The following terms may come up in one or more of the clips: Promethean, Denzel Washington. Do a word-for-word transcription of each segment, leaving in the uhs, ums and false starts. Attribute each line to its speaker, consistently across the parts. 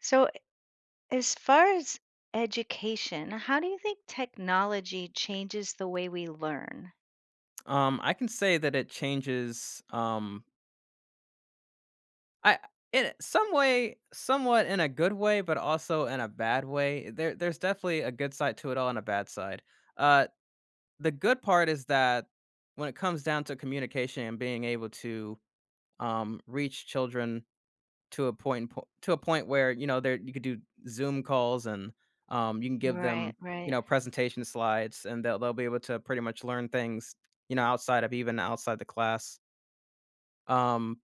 Speaker 1: So, as far as education, how do you think technology changes the way we learn?
Speaker 2: Um, I can say that it changes, um, I in a- some way, somewhat in a good way, but also in a bad way. There, there's definitely a good side to it all and a bad side. Uh, the good part is that when it comes down to communication and being able to um, reach children to a point po- to a point where you know there you could do Zoom calls and um, you can give
Speaker 1: Right,
Speaker 2: them you
Speaker 1: right.
Speaker 2: know presentation slides and they'll they'll be able to pretty much learn things you know outside of even outside the class. Um,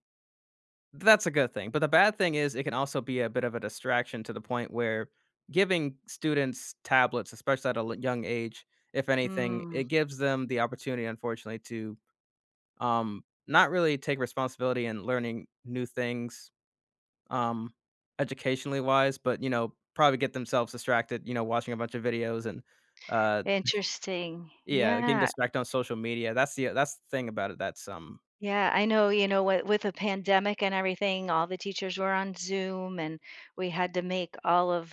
Speaker 2: That's a good thing, but the bad thing is it can also be a bit of a distraction to the point where giving students tablets, especially at a l young age, if anything,
Speaker 1: Mm,
Speaker 2: it gives them the opportunity, unfortunately, to, um, not really take responsibility in learning new things, um, educationally wise, but, you know, probably get themselves distracted, you know, watching a bunch of videos and, uh,
Speaker 1: interesting.
Speaker 2: yeah, getting
Speaker 1: Yeah,
Speaker 2: distracted on social media. That's the that's the thing about it that's, um,
Speaker 1: yeah. I know, you know, with, with the pandemic and everything, all the teachers were on Zoom, and we had to make all of,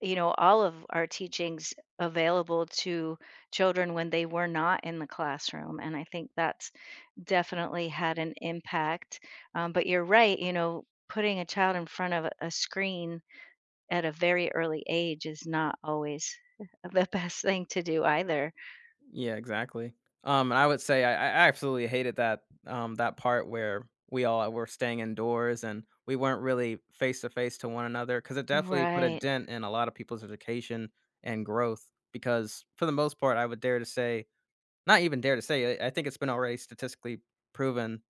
Speaker 1: you know, all of our teachings available to children when they were not in the classroom. And I think that's definitely had an impact, um, but you're right, you know, putting a child in front of a screen at a very early age is not always the best thing to do either.
Speaker 2: yeah, exactly. Um, and I would say I, I absolutely hated that um that part where we all uh, were staying indoors and we weren't really face to face to one another, because it definitely put a
Speaker 1: Right.
Speaker 2: dent in a lot of people's education and growth. Because for the most part, I would dare to say, not even dare to say, I I think it's been already statistically proven.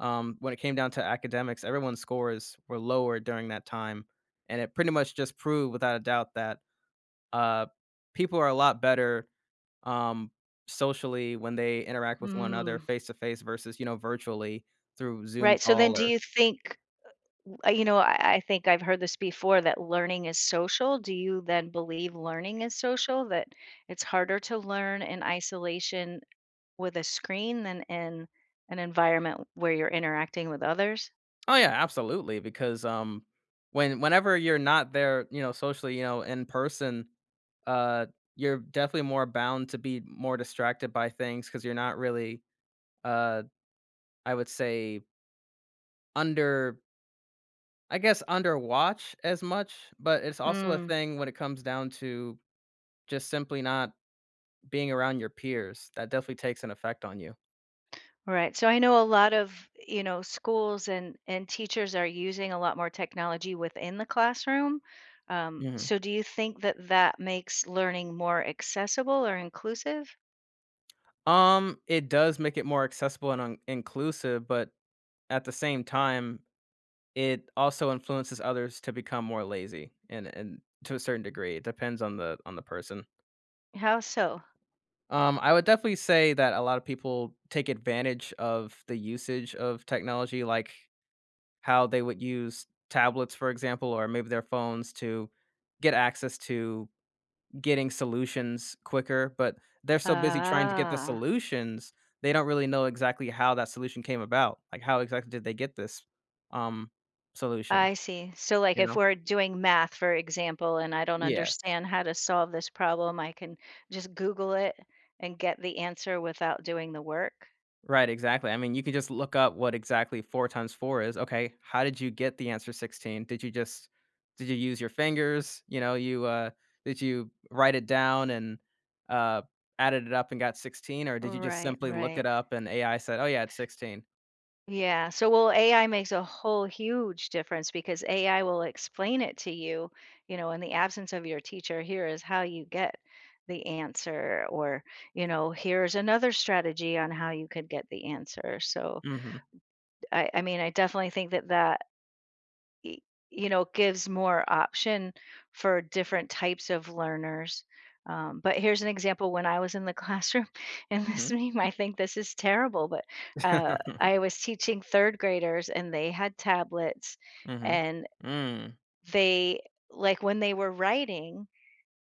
Speaker 2: Um, when it came down to academics, everyone's scores were lower during that time, and it pretty much just proved without a doubt that uh people are a lot better um, socially when they interact with one another
Speaker 1: Mm.
Speaker 2: face to face versus, you know, virtually through Zoom
Speaker 1: Right, so then
Speaker 2: call
Speaker 1: do
Speaker 2: or
Speaker 1: you think uh, you know, I I think I've heard this before, that learning is social. Do you then believe learning is social, that it's harder to learn in isolation with a screen than in an environment where you're interacting with others?
Speaker 2: oh yeah, absolutely, because, um, when whenever you're not there, you know, socially, you know, in person, uh, you're definitely more bound to be more distracted by things because 'cause you're not really, uh, I would say under, I guess, under watch as much, but it's also a
Speaker 1: Mm.
Speaker 2: thing when it comes down to just simply not being around your peers. That definitely takes an effect on you.
Speaker 1: Right. So I know a lot of you know, schools and and teachers are using a lot more technology within the classroom. Um,
Speaker 2: Mhm.
Speaker 1: so do you think that that makes learning more accessible or inclusive?
Speaker 2: Um, it does make it more accessible and un- inclusive, but at the same time, it also influences others to become more lazy and and to a certain degree. It depends on the on the person.
Speaker 1: How so?
Speaker 2: Um, I would definitely say that a lot of people take advantage of the usage of technology, like how they would use tablets, for example, or maybe their phones to get access to getting solutions quicker, but they're so busy trying to get the
Speaker 1: Ah,
Speaker 2: solutions, they don't really know exactly how that solution came about. Like, how exactly did they get this, um, solution,
Speaker 1: I see. So, like,
Speaker 2: you
Speaker 1: if
Speaker 2: know?
Speaker 1: we're doing math, for example, and I don't
Speaker 2: Yes.
Speaker 1: understand how to solve this problem, I can just Google it and get the answer without doing the work.
Speaker 2: Right, exactly. I mean, you can just look up what exactly four times four is. Okay, how did you get the answer sixteen? Did you just did you use your fingers? You know, you, uh did you write it down and, uh, added it up and got sixteen, or did you just
Speaker 1: Right,
Speaker 2: simply look
Speaker 1: right.
Speaker 2: it up and A I said, "Oh, yeah, it's sixteen."
Speaker 1: Yeah. So, well, A I makes a whole huge difference, because A I will explain it to you, you know, in the absence of your teacher, here is how you get the answer, or, you know, here's another strategy on how you could get the answer. So,
Speaker 2: Mhm.
Speaker 1: I, I mean, I definitely think that that y- you know gives more option for different types of learners, um, but here's an example. When I was in the classroom and this
Speaker 2: Mhm.
Speaker 1: meme, I think this is terrible, but uh, I was teaching third graders, and they had tablets,
Speaker 2: Mhm.
Speaker 1: and
Speaker 2: Mm.
Speaker 1: they, like, when they were writing,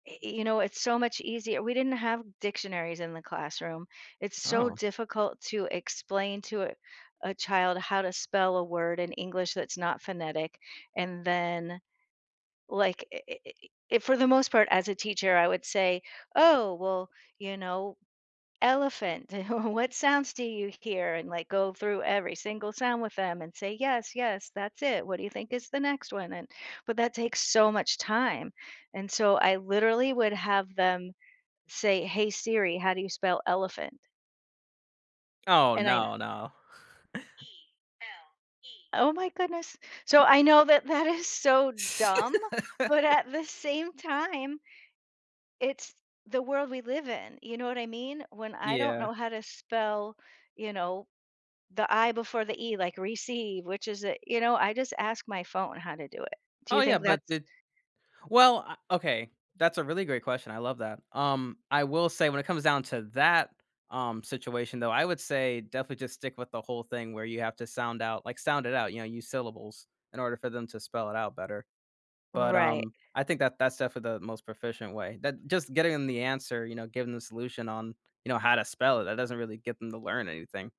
Speaker 1: y- you know it's so much easier. We didn't have dictionaries in the classroom. It's so
Speaker 2: Oh.
Speaker 1: difficult to explain to a, a child how to spell a word in English that's not phonetic. And then, like, i i i- for the most part, as a teacher, I would say, oh well, you know elephant. What sounds do you hear? And, like, go through every single sound with them and say, yes, yes, that's it. What do you think is the next one? And but that takes so much time. And so I literally would have them say, "Hey Siri, how do you spell elephant?"
Speaker 2: Oh,
Speaker 1: And I
Speaker 2: no, no.
Speaker 1: Oh my goodness. So I know that that is so dumb, but at the same time, it's the world we live in. You know what I mean? When I don't
Speaker 2: Yeah.
Speaker 1: know how to spell, you know, the I before the E, like receive, which is a, you know, I just ask my phone how to do it. Do
Speaker 2: Oh,
Speaker 1: you
Speaker 2: yeah,
Speaker 1: think
Speaker 2: but
Speaker 1: that's—
Speaker 2: it well, uh, okay, that's a really great question, I love that. Um, I will say when it comes down to that, um, situation, though, I would say definitely just stick with the whole thing where you have to sound out, like, sound it out, you know, use syllables in order for them to spell it out better. But,
Speaker 1: Right,
Speaker 2: um, I think that that's definitely the most proficient way. That just getting them the answer, you know, giving them the solution on, you know, how to spell it, that doesn't really get them to learn anything.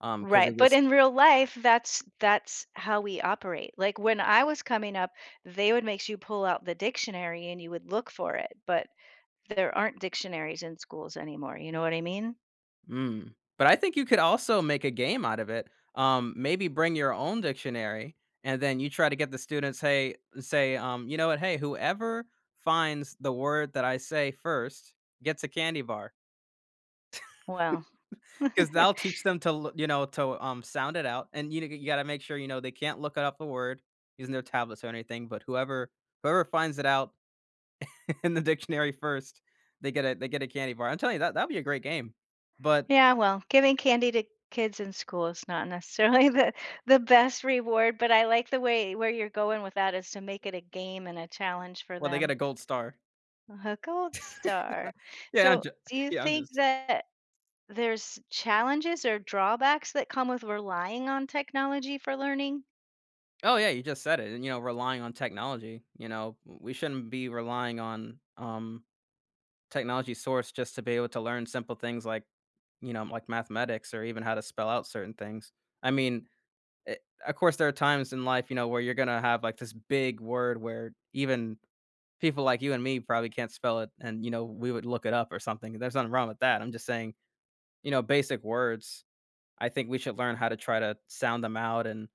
Speaker 2: Um, because they
Speaker 1: right, but
Speaker 2: just
Speaker 1: in real life, that's that's how we operate. Like, when I was coming up, they would make you pull out the dictionary and you would look for it, but there aren't dictionaries in schools anymore, you know what I mean?
Speaker 2: mm. But I think you could also make a game out of it. Um, maybe bring your own dictionary, and then you try to get the students, hey, say, um, you know what, hey, whoever finds the word that I say first gets a candy bar,
Speaker 1: Well,
Speaker 2: because that'll teach them to, l- you know, to um, sound it out. And you you got to make sure you know they can't look up the word using their tablets or anything. But whoever whoever finds it out in the dictionary first, they get a they get a candy bar. I'm telling you that that'd be a great game. But
Speaker 1: yeah, well, giving candy to kids in school is not necessarily the the best reward, but I like the way where you're going with that is to make it a game and a challenge for
Speaker 2: well, they get
Speaker 1: them.
Speaker 2: a gold star.
Speaker 1: A gold star.
Speaker 2: Yeah, I'm
Speaker 1: So,
Speaker 2: ju
Speaker 1: do you
Speaker 2: yeah, I'm
Speaker 1: think
Speaker 2: just
Speaker 1: that there's challenges or drawbacks that come with relying on technology for learning?
Speaker 2: oh, yeah, you just said it, and, you know, relying on technology, you know, we shouldn't be relying on, um, technology source just to be able to learn simple things like, you know, like mathematics or even how to spell out certain things. I mean, eh, of course, there are times in life, you know, where you're gonna have, like, this big word where even people like you and me probably can't spell it, and, you know, we would look it up or something. There's nothing wrong with that. I'm just saying, you know, basic words I think we should learn how to try to sound them out and,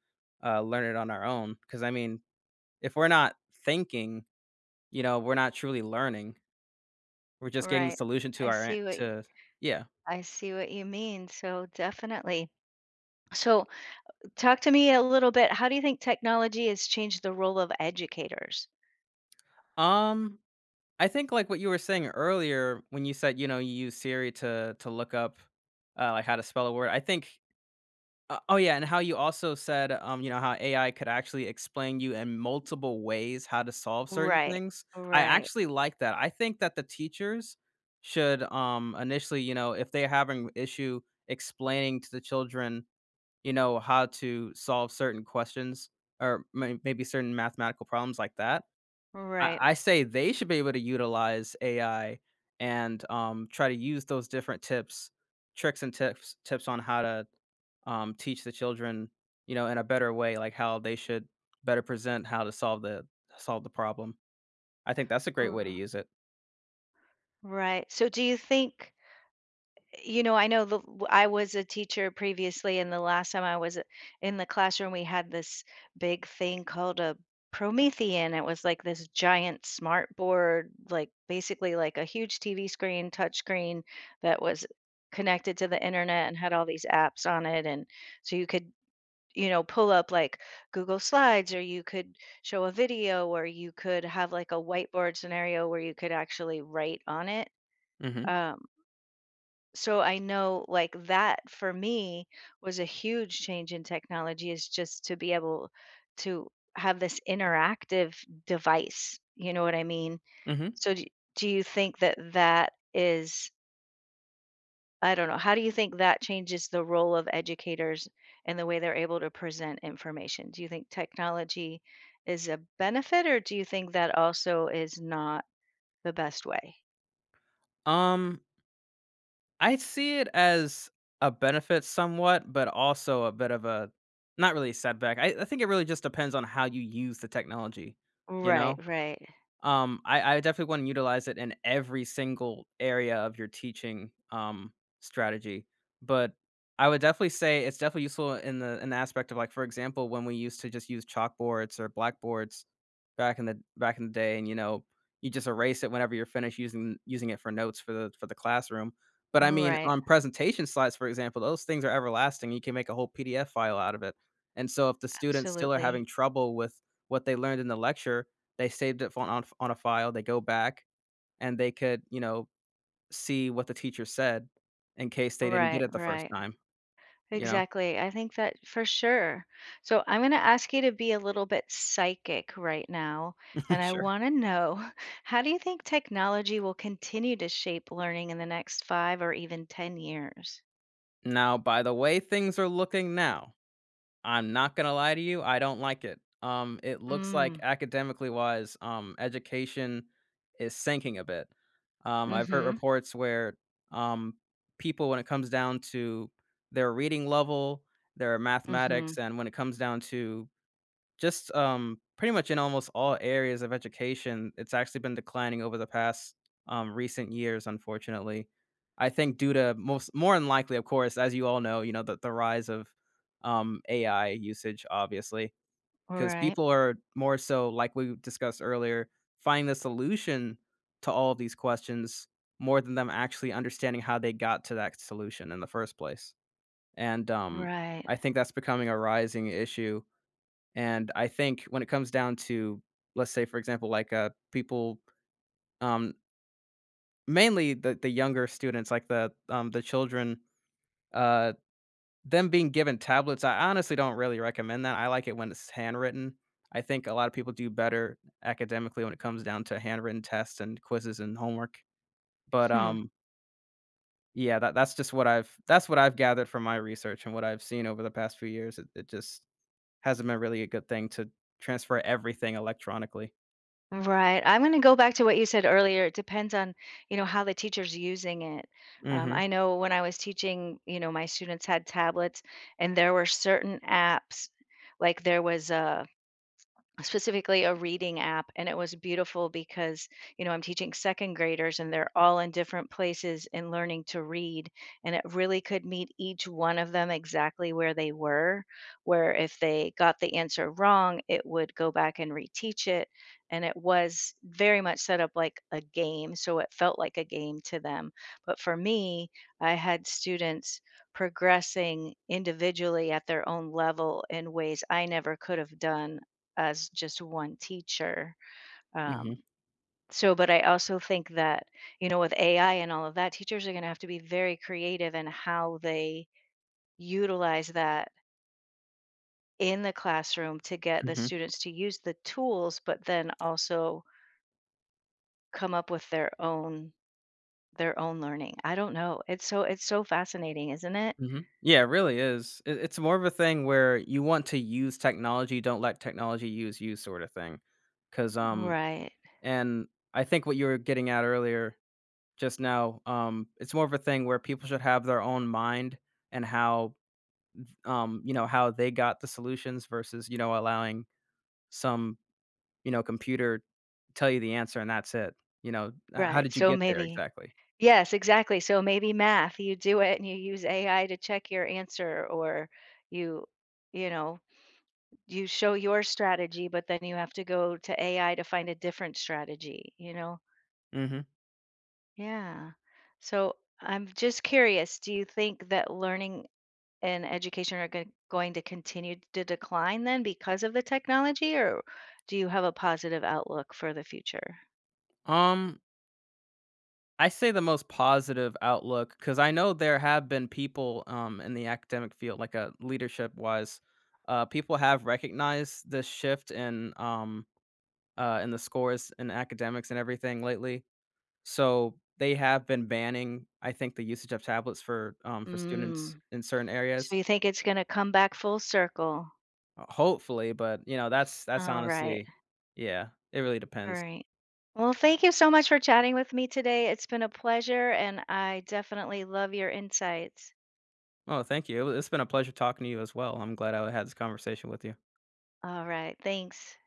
Speaker 2: uh, learn it on our own. Because I mean, if we're not thinking, you know, we're not truly learning. We're just getting the
Speaker 1: Right.
Speaker 2: solution to
Speaker 1: I
Speaker 2: our an
Speaker 1: see what y-
Speaker 2: to Yeah.
Speaker 1: I see what you mean. So, definitely. So, talk to me a little bit. How do you think technology has changed the role of educators?
Speaker 2: Um, I think, like, what you were saying earlier when you said, you know, you use Siri to to look up, uh, like, how to spell a word, I think Uh, oh yeah, and how you also said, um, you know, how A I could actually explain you in multiple ways how to solve certain
Speaker 1: Right.
Speaker 2: things. I
Speaker 1: Right.
Speaker 2: actually like that. I think that the teachers should um initially, you know, if they're having issue explaining to the children, you know, how to solve certain questions or may- maybe certain mathematical problems like that. I,
Speaker 1: Right.
Speaker 2: I say they should be able to utilize A I and um try to use those different tips, tricks and tips tips on how to um, teach the children, you know, in a better way, like how they should better present how to solve the solve the problem. I think that's a great way to
Speaker 1: r-
Speaker 2: use it.
Speaker 1: Right. So, do you think you know, I know the w I was a teacher previously, and the last time I was uh, in the classroom, we had this big thing called a Promethean. It was like this giant smart board, like, basically like a huge T V screen, touch screen, that was connected to the internet and had all these apps on it, and so you could, you know, pull up, like, Google Slides, or you could show a video, or you could have, like, a whiteboard scenario where you could actually write on it.
Speaker 2: Mhm.
Speaker 1: Um so I know, like, that for me was a huge change in technology, is just to be able to have this interactive device. You know what I mean?
Speaker 2: Mhm.
Speaker 1: So do, do you think that that is, I don't know, how do you think that changes the role of educators and the way they're able to present information? Do you think technology is a benefit, or do you think that also is not the best way?
Speaker 2: Um, I see it as a benefit somewhat, but also a bit of a, not really, a setback. I, I think it really just depends on how you use the technology, you
Speaker 1: Right,
Speaker 2: know?
Speaker 1: right.
Speaker 2: Um, I I definitely wanna utilize it in every single area of your teaching, um, strategy, but I would definitely say it's definitely useful in the in the aspect of, like, for example, when we used to just use chalkboards or blackboards back in the back in the day and, you know, you just erase it whenever you're finished using using it for notes for the for the classroom, but I mean,
Speaker 1: Right.
Speaker 2: on presentation slides, for example, those things are everlasting, you can make a whole P D F file out of it, and so if the students still are
Speaker 1: Absolutely.
Speaker 2: having trouble with what they learned in the lecture, they saved it on on on a file, they go back, and they could, you know, see what the teacher said in case they didn't get
Speaker 1: Right,
Speaker 2: it the first
Speaker 1: right.
Speaker 2: time, you know?
Speaker 1: Exactly. I think that, for sure. So I'm going to ask you to be a little bit psychic right now. And I
Speaker 2: Sure.
Speaker 1: want to know how do you think technology will continue to shape learning in the next five or even ten years?
Speaker 2: Now, by the way things are looking now, I'm not gonna lie to you, I don't like it. Um, it looks like
Speaker 1: Mm.
Speaker 2: academically wise, um, education is sinking a bit. Um, I've heard
Speaker 1: Mm-hmm.
Speaker 2: reports where, um, people when it comes down to their reading level, their
Speaker 1: Mm-hmm.
Speaker 2: mathematics, and when it comes down to just, um, pretty much in almost all areas of education, it's actually been declining over the past, um, recent years, unfortunately. I think due to most more than likely, of course, as you all know, you know, the the rise of, um, A I usage, obviously, because
Speaker 1: Right.
Speaker 2: people are more so, like we discussed earlier, finding the solution to all of these questions more than them actually understanding how they got to that solution in the first place, and, um,
Speaker 1: Right.
Speaker 2: I think that's becoming a rising issue, and I think when it comes down to, let's say, for example, like, uh, people, um, mainly the the younger students, like the, um, the children, uh, them being given tablets, I honestly don't really recommend that. I like it when it's handwritten. I think a lot of people do better academically when it comes down to handwritten tests and quizzes and homework. But,
Speaker 1: Hmm.
Speaker 2: um, yeah, that that's just what I've that's what I've gathered from my research and what I've seen over the past few years. It it just hasn't been really a good thing to transfer everything electronically.
Speaker 1: Right. I'm going to go back to what you said earlier. It depends on, you know, how the teacher's using it. Um, I
Speaker 2: Mhm.
Speaker 1: know, when I was teaching, you know, my students had tablets, and there were certain apps. Like, there was a specifically a reading app, and it was beautiful, because you know I'm teaching second graders and they're all in different places and learning to read, and it really could meet each one of them exactly where they were, where if they got the answer wrong it would go back and reteach it, and it was very much set up like a game, so it felt like a game to them. But for me, I had students progressing individually at their own level in ways I never could have done as just one teacher. Um,
Speaker 2: Mhm,
Speaker 1: so, but I also think that, you know, with A I and all of that, teachers are going to have to be very creative in how they utilize that in the classroom, to get the
Speaker 2: mhm,
Speaker 1: students to use the tools, but then also come up with their own their own learning. I don't know. It's so it's so fascinating, isn't it?
Speaker 2: mhm. Yeah, it really is. It it's more of a thing where you want to use technology, don't let technology use you, sort of thing. Because, um
Speaker 1: Right.
Speaker 2: and I think what you were getting at earlier just now, um, it's more of a thing where people should have their own mind and how, um, you know, how they got the solutions versus, you know, allowing some, you know, computer tell you the answer and that's it. You know, "H "how
Speaker 1: Right.
Speaker 2: did you
Speaker 1: So
Speaker 2: get there
Speaker 1: maybe,
Speaker 2: exactly?"
Speaker 1: yes, exactly. So, maybe math, you do it and you use A I to check your answer, or you you know You show your strategy, but then you have to go to A I to find a different strategy, you know?
Speaker 2: Mhm.
Speaker 1: Yeah. So I'm just curious, do you think that learning and education are go going to continue to decline then, because of the technology, or do you have a positive outlook for the future?
Speaker 2: Um I say the most positive outlook because I know there have been people um, in the academic field, like uh, leadership wise, uh, people have recognized this shift in um, uh, in the scores in academics and everything lately. So they have been banning, I think, the usage of tablets for um, for students
Speaker 1: Mm.
Speaker 2: in certain areas.
Speaker 1: So you think it's gonna come back full circle?
Speaker 2: uh, Hopefully, but you know that's that's
Speaker 1: All right.
Speaker 2: honestly, yeah, it really
Speaker 1: all
Speaker 2: depends.
Speaker 1: right. Well, thank you so much for chatting with me today. It's been a pleasure, and I definitely love your insights.
Speaker 2: Oh, thank you. It was- It's been a pleasure talking to you as well. I'm glad I had this conversation with you.
Speaker 1: All right. Thanks.